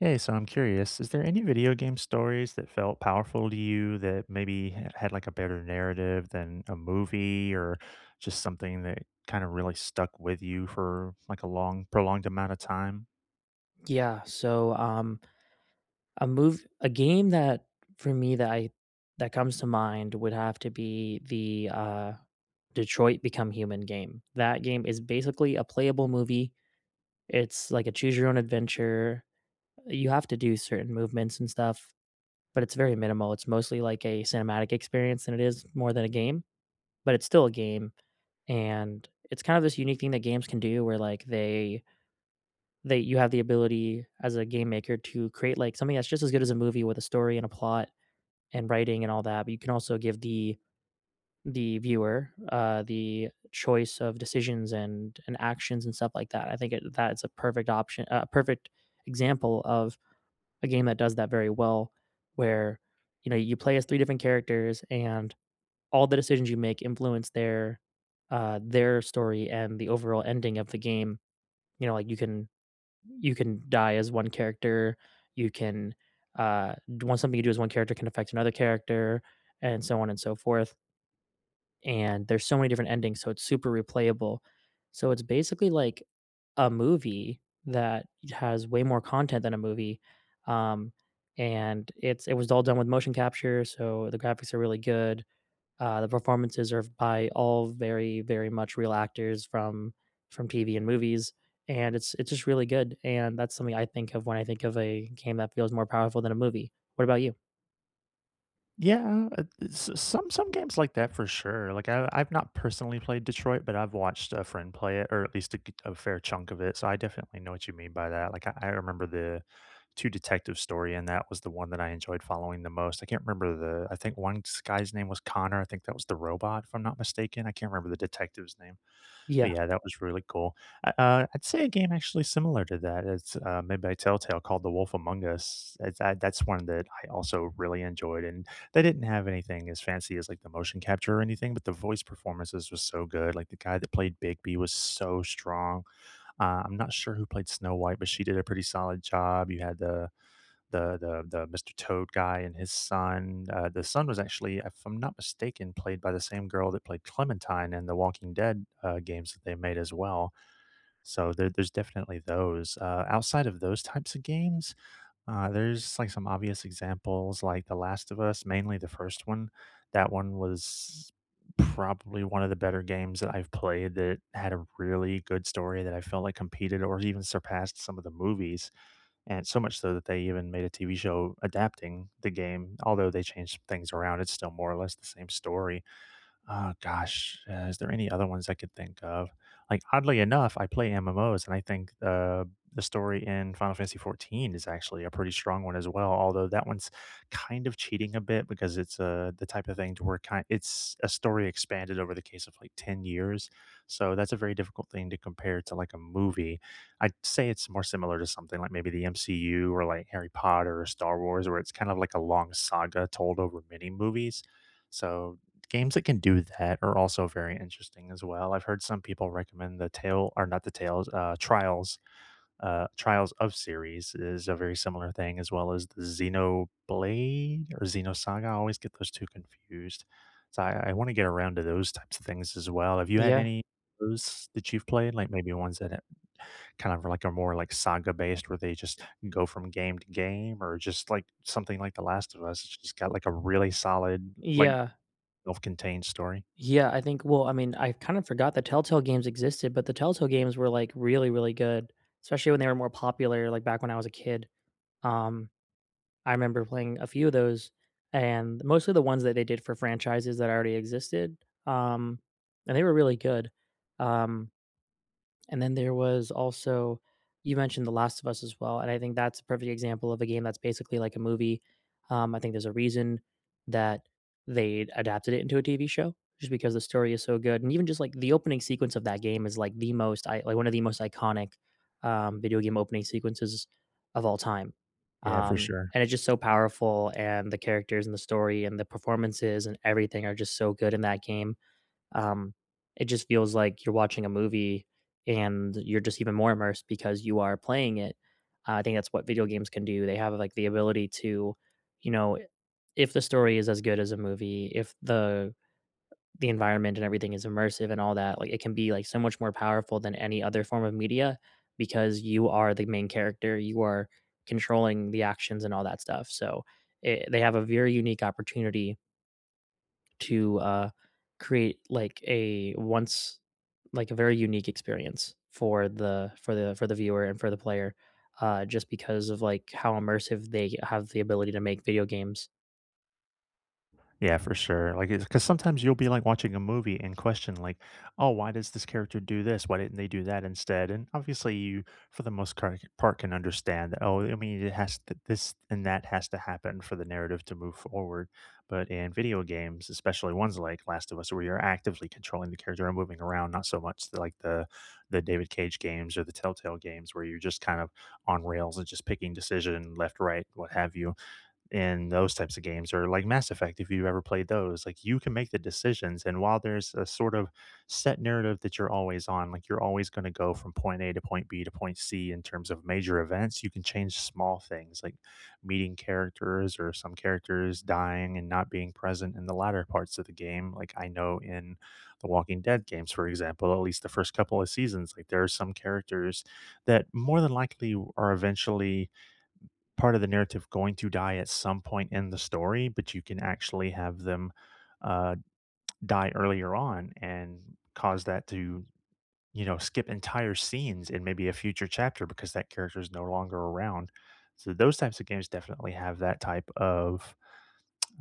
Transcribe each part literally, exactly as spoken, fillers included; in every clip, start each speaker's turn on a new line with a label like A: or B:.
A: Hey, so I'm curious, is there any video game stories that felt powerful to you that maybe h- had like a better narrative than a movie or just something that kind of really stuck with you for like a long, prolonged amount of time?
B: Yeah, so, um, a move a game that for me that I that comes to mind would have to be the, uh, Detroit: Become Human game. That game is basically a playable movie. It's like a choose your own adventure. You have to do certain movements and stuff, but it's very minimal. It's mostly like a cinematic experience than it is more than a game, but it's still a game, and it's kind of this unique thing that games can do where, like, they that you have the ability as a game maker to create like something that's just as good as a movie with a story and a plot and writing and all that, but you can also give the the viewer uh, the choice of decisions and and actions and stuff like that. I think it, that's a perfect option, a perfect example of a game that does that very well, where you know you play as three different characters and all the decisions you make influence their uh, their story and the overall ending of the game. You know, like you can you can die as one character. You can uh, one something you do as one character can affect another character, and so on and so forth. And there's so many different endings, so it's super replayable. So it's basically like a movie that has way more content than a movie. Um, and it's it was all done with motion capture, so the graphics are really good. Uh, the performances are by all very, very much real actors from from T V and movies, and it's it's just really good. And that's something I think of when I think of a game that feels more powerful than a movie. What about you?
A: Yeah, uh, s- some some games like that for sure. Like I, I've not personally played Detroit, but I've watched a friend play it, or at least a, g- a fair chunk of it. So I definitely know what you mean by that. Like I, I remember the two detective story, and that was the one that I enjoyed following the most. I can't remember the I think one s guy's name was Connor. I think that was the robot, if I'm not mistaken. I can't remember the detective's name, but
B: Yeah,
A: yeah, that was really cool. Uh, uh, I'd say a game actually similar to that, it's, uh, made by Telltale called The Wolf Among Us. It's that that's one that I also really enjoyed, and they didn't have anything as fancy as, like, the motion capture or anything, but the voice performances was so good. Like, the guy that played Bigby was so strong. Uh, I'm not sure who played Snow White, but she did a pretty solid job. You had the the the the Mister Toad guy and his son. Uh, the son was actually, if I'm not mistaken, played by the same girl that played Clementine in the Walking Dead uh, games that they made as well. So there, there's definitely those. Uh, outside of those types of games, uh, there's like some obvious examples, like The Last of Us, mainly the first one. That one was probably one of the better games that I've played that had a really good story that I felt like competed or even surpassed some of the movies, and so much so that they even made a T V show adapting the game. Although they changed things around, it's still more or less the same story. Oh gosh, uh, is there any other ones I could think of? Like, oddly enough, I play M M Os, and I think uh, the story in Final Fantasy fourteen is actually a pretty strong one as well. Although that one's kind of cheating a bit because it's uh, the type of thing to where kind it's a story expanded over the case of like 10 years. So that's a very difficult thing to compare to like a movie. I'd say it's more similar to something like maybe the M C U or like Harry Potter or Star Wars, where it's kind of like a long saga told over many movies. So games that can do that are also very interesting as well. I've heard some people recommend the Tale or not the Tales, uh, Trials, uh, Trials of series is a very similar thing, as well as the Xenoblade or Xenosaga. I always get those two confused. So I I wanna get around to those types of things as well. Have you had
B: yeah,
A: any of those that you've played? Like, maybe ones that, uh, kind of like are more, like, saga-based where they just go from game to game, or just like something like The Last of Us, it's just got, like, a really solid, like,
B: yeah,
A: self-contained story?
B: yeah. I think. Well, I mean, I kind of forgot the Telltale games existed, but the Telltale games were like really, really good, especially when they were more popular, like back when I was a kid. Um, I remember playing a few of those, and mostly the ones that they did for franchises that already existed, um, and they were really good. Um and then there was also you mentioned The Last of Us as well, and I think that's a perfect example of a game that's basically like a movie. Um, I think there's a reason that they adapted it into a T V show just because the story is so good, and even just like the opening sequence of that game is like the most I like one of the most iconic um, video game opening sequences of all time.
A: Yeah, for
B: Um,
A: sure.
B: and it's just so powerful, and the characters and the story and the performances and everything are just so good in that game um, it just feels like you're watching a movie and you're just even more immersed because you are playing it. Uh, I think that's what video games can do. They have like the ability to, you know, if the story is as good as a movie, if the the environment and everything is immersive and all that, like it can be like so much more powerful than any other form of media because you are the main character, you are controlling the actions and all that stuff. So it, they have a very unique opportunity to, uh, create like a once like a very unique experience for the for the for the viewer and for the player, uh, just because of like how immersive they have the ability to make video games.
A: Yeah, for sure. Like, because sometimes you'll be like watching a movie and question, like, oh, why does this character do this? Why didn't they do that instead? And obviously, you, for the most car- part, can understand that, oh, I mean, it has to, this and that has to happen for the narrative to move forward. But in video games, especially ones like Last of Us, where you're actively controlling the character and moving around, not so much like the, the David Cage games or the Telltale games, where you're just kind of on rails and just picking decision left, right, what have you. In those types of games or like Mass Effect, if you've ever played those, like you can make the decisions. And while there's a sort of set narrative that you're always on, like you're always going to go from point A to point B to point C in terms of major events, you can change small things like meeting characters or some characters dying and not being present in the latter parts of the game. Like I know in the Walking Dead games, for example, at least the first couple of seasons, like there are some characters that more than likely are eventually part of the narrative going to die at some point in the story, but you can actually have them, uh, die earlier on and cause that to, you know, skip entire scenes in maybe a future chapter because that character is no longer around. So those types of games definitely have that type of,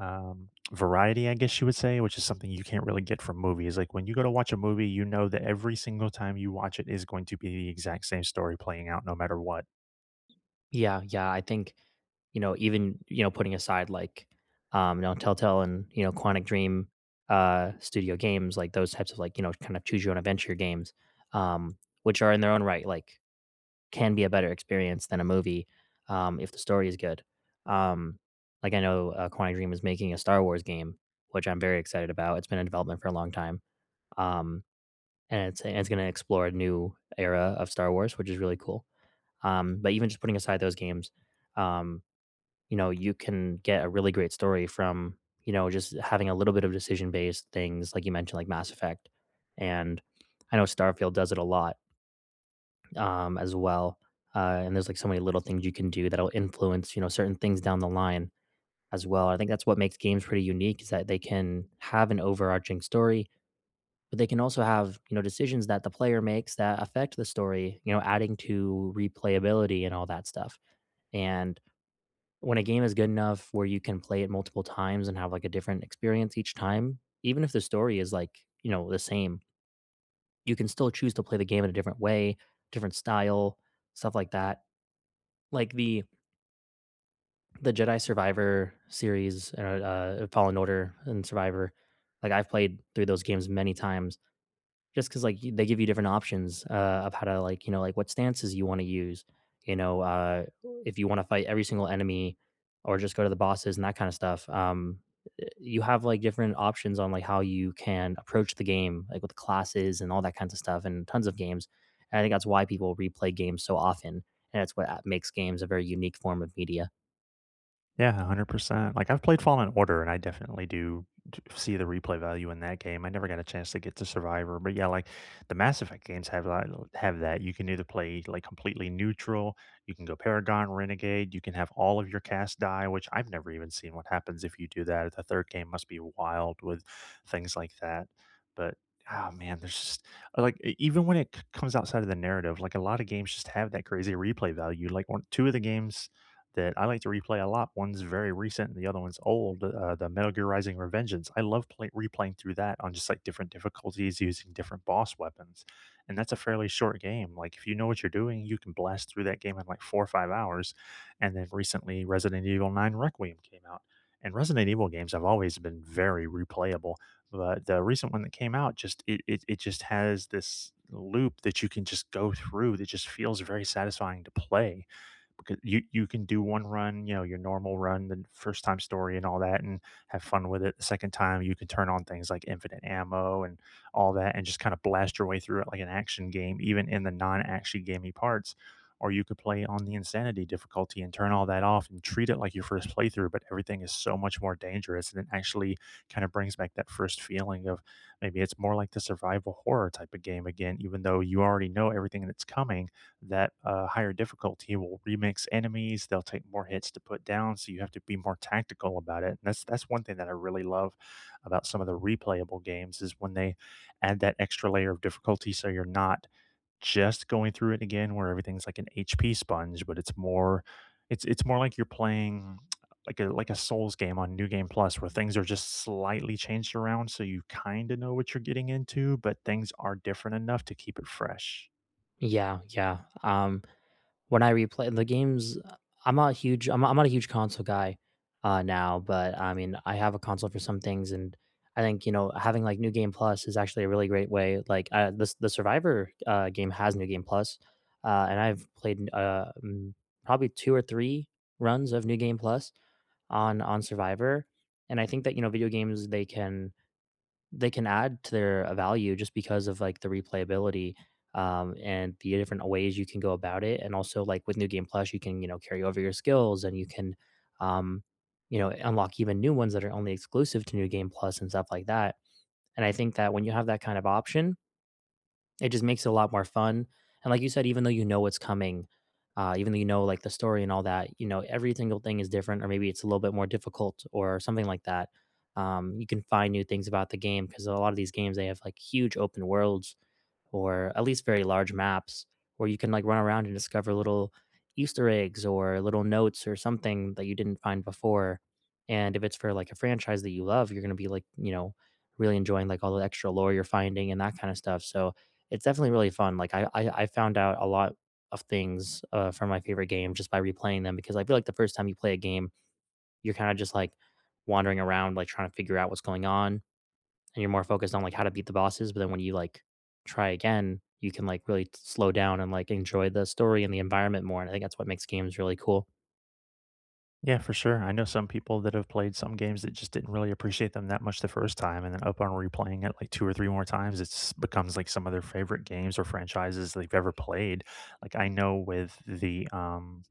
A: um, variety, I guess you would say, which is something you can't really get from movies. Like when you go to watch a movie, you know that every single time you watch it is going to be the exact same story playing out no matter what.
B: Yeah, yeah, I think, you know, even, you know, putting aside like, um, you know, Telltale and, you know, Quantic Dream, uh, Studio Games, like those types of like, you know, kind of choose your own adventure games, um, which are in their own right, like can be a better experience than a movie, um, if the story is good. Um, like I know, uh, Quantic Dream is making a Star Wars game, which I'm very excited about. It's been in development for a long time, um, and it's and it's gonna explore a new era of Star Wars, which is really cool. Um, but even just putting aside those games, um, you know, you can get a really great story from, you know, just having a little bit of decision based things, like you mentioned, like Mass Effect. And I know Starfield does it a lot, um, as well. Uh, and there's like so many little things you can do that'll influence, you know, certain things down the line as well. I think that's what makes games pretty unique is that they can have an overarching story, but they can also have, you know, decisions that the player makes that affect the story, you know, adding to replayability and all that stuff. And when a game is good enough where you can play it multiple times and have like a different experience each time, even if the story is like, you know, the same, you can still choose to play the game in a different way, different style, stuff like that like the the Jedi Survivor series, uh, uh, Fallen Order and Survivor. Like I've played through those games many times, just because like y- they give you different options uh, of how to like you know like what stances you want to use. You know, uh, if you want to fight every single enemy, or just go to the bosses and that kind of stuff. Um, y- you have like different options on like how you can approach the game, like with classes and all that kinds of stuff, and tons of games. And I think that's why people replay games so often, and it's what uh, makes games a very unique form of media.
A: Yeah, one hundred percent. Like, I've played Fallen Order, and I definitely do d see the replay value in that game. I never got a chance to get to Survivor, but, yeah, like, the Mass Effect games have that have that. You can either play, like, completely neutral, you can go Paragon, Renegade, you can have all of your cast die, which I've never even seen what happens if you do that. The third game must be wild with things like that, but, ah, man, there's just uh, like, e even when it c comes outside of the narrative, like, a lot of games just have that crazy replay value. Like, one two of the games that I like to replay a lot. One's very recent, and the other one's old. Uh, the Metal Gear Rising: Revengeance. I love play- replaying through that on just like different difficulties using different boss weapons, and that's a fairly short game. Like if you know what you're doing, you can blast through that game in like four or five hours. And then recently, Resident Evil nine Requiem came out, and Resident Evil games have always been very replayable. But the recent one that came out, just it it, it just has this loop that you can just go through that just feels very satisfying to play, because you you can do one run, you know, your normal run, the first time story and all that, and have fun with it. The second time, you can turn on things like infinite ammo and all that, and just kind of blast your way through it like an action game, even in the non-action gamey parts. Or you could play on the insanity difficulty and turn all that off and treat it like your first playthrough, but everything is so much more dangerous, and it actually kind of brings back that first feeling of maybe it's more like the survival horror type of game again. Even though you already know everything that's coming, that uh, higher difficulty will remix enemies. They'll take more hits to put down, so you have to be more tactical about it. And that's that's one thing that I really love about some of the replayable games is when they add that extra layer of difficulty, so you're not just going through it again where everything's like an H P sponge, but it's more it's it's more like you're playing like a like a Souls game on New Game Plus where things are just slightly changed around so you kind of know what you're getting into, but things are different enough to keep it fresh.
B: Yeah, yeah. Um, when I replay the games, I'm not huge. I'm not, I'm not a huge console guy uh, now, but I mean, I have a console for some things, and I think you know having like New Game Plus is actually a really great way. Like uh, the the Survivor uh, game has New Game Plus, uh, and I've played uh, mm, probably two or three runs of New Game Plus on on Survivor, and I think that you know video games they can they can add to their uh, value just because of like the replayability um, and the different ways you can go about it. And also, like with New Game Plus, you can you know carry over your skills and you can um, you know unlock even new ones that are only exclusive to New Game Plus and stuff like that. And I think that when you have that kind of option, it just makes it a lot more fun, and like you said, even though you know what's coming, uh, even though you know, like, the story and all that, you know, every single thing is different or maybe it's a little bit more difficult or something like that. Um, you can find new things about the game because a lot of these games, they have, like, huge open worlds or at least very large maps where you can, like, run around and discover little Easter eggs or little notes or something that you didn't find before, and if it's for, like, a franchise that you love, you're gonna be, like, you know, really enjoying, like, all the extra lore you're finding and that kinda stuff, so it's definitely really fun. Like I, I, I found out a lot of things uh, from my favorite game just by replaying them because I feel like the first time you play a game, you're kind of just like wandering around, like trying to figure out what's going on, and you're more focused on like how to beat the bosses. But then when you like try again, you can like really slow down and like enjoy the story and the environment more. And I think that's what makes games really cool.
A: Yeah, for sure. I know some people that have played some games that just didn't really appreciate them that much the first time, and then up on replaying it like two or three more times, it's becomes like some of their favorite games or franchises they've ever played. Like, I know with the, um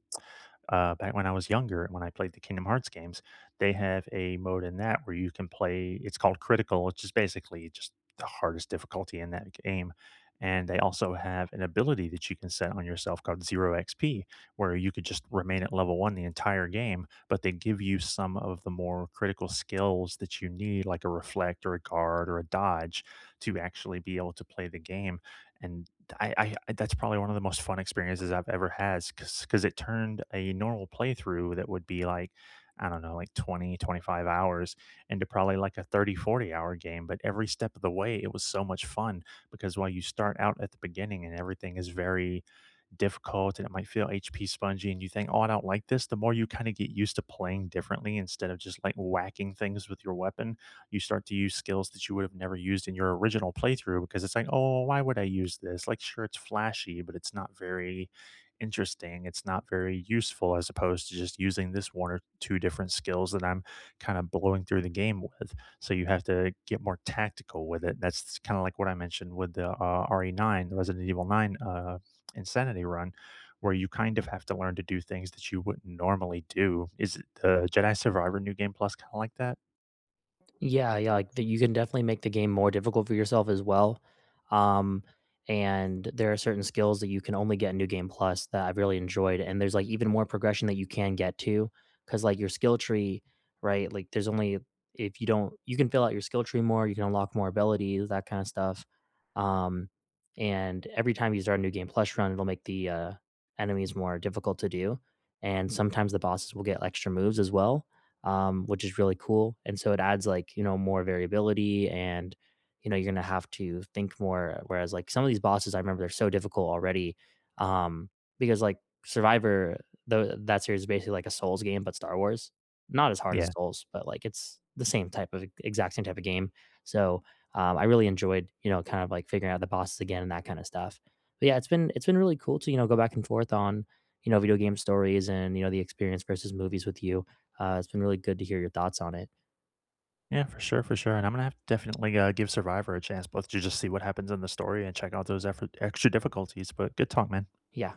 A: uh, back when I was younger, when I played the Kingdom Hearts games, they have a mode in that where you can play. It's called critical, which is basically just the hardest difficulty in that game. And they also have an ability that you can set on yourself called zero X P, where you could just remain at level one the entire game, but they give you some of the more critical skills that you need, like a reflect or a guard or a dodge, to actually be able to play the game. And I I that's probably one of the most fun experiences I've ever had because it turned a normal playthrough that would be like, I don't know, like twenty twenty five hours into probably like a thirty forty hour game, but every step of the way, it was so much fun. Because while you start out at the beginning and everything is very difficult and it might feel H P spongy and you think, "Oh, I don't like this," the more you kinda get used to playing differently instead of just, like, whacking things with your weapon, you start to use skills that you would have never used in your original playthrough because it's like, "Oh, why would I use this?" Like, sure, it's flashy, but it's not very interesting, it's not very useful as opposed to just using this one or two different skills that I'm kinda blowing through the game with. So you have to get more tactical with it. That's kinda like what I mentioned with the, uh, R E nine, the Resident Evil nine, uh, insanity run where you kind of have to learn to do things that you wouldn't normally do. Is it the Jedi Survivor New Game Plus kind of like that?
B: Yeah, yeah, like, the you can definitely make the game more difficult for yourself as well, um, and there are certain skills that you can only get in New Game Plus that I've really enjoyed, and there's, like, even more progression that you can get to because like, your skill tree, right, like, there's only if you don't you can fill out your skill tree more, you can unlock more abilities, that kinda stuff, um, and every time you start a New Game Plus run, it'll make the, uh, enemies more difficult to do, and sometimes the bosses will get extra moves as well um, which is really cool. And so it adds like, you know, more variability and, you know, you're going to have to think more. Whereas like some of these bosses, I remember they're so difficult already. Um, because like Survivor, though that series is basically like a Souls game, but Star Wars, not as hard as
A: Yeah.
B: Souls, but like it's the same type of exact same type of game. So, um, I really enjoyed, you know, kind of like figuring out the bosses again and that kind of stuff. But yeah, it's been, it's been really cool to, you know, go back and forth on, you know, video game stories and, you know, the experience versus movies with you. Uh, it's been really good to hear your thoughts on it.
A: Yeah, for sure, for sure. And I'm gonna have to definitely uh, give Survivor a chance, both to just see what happens in the story and check out those effort, extra difficulties. But good talk, man.
B: Yeah.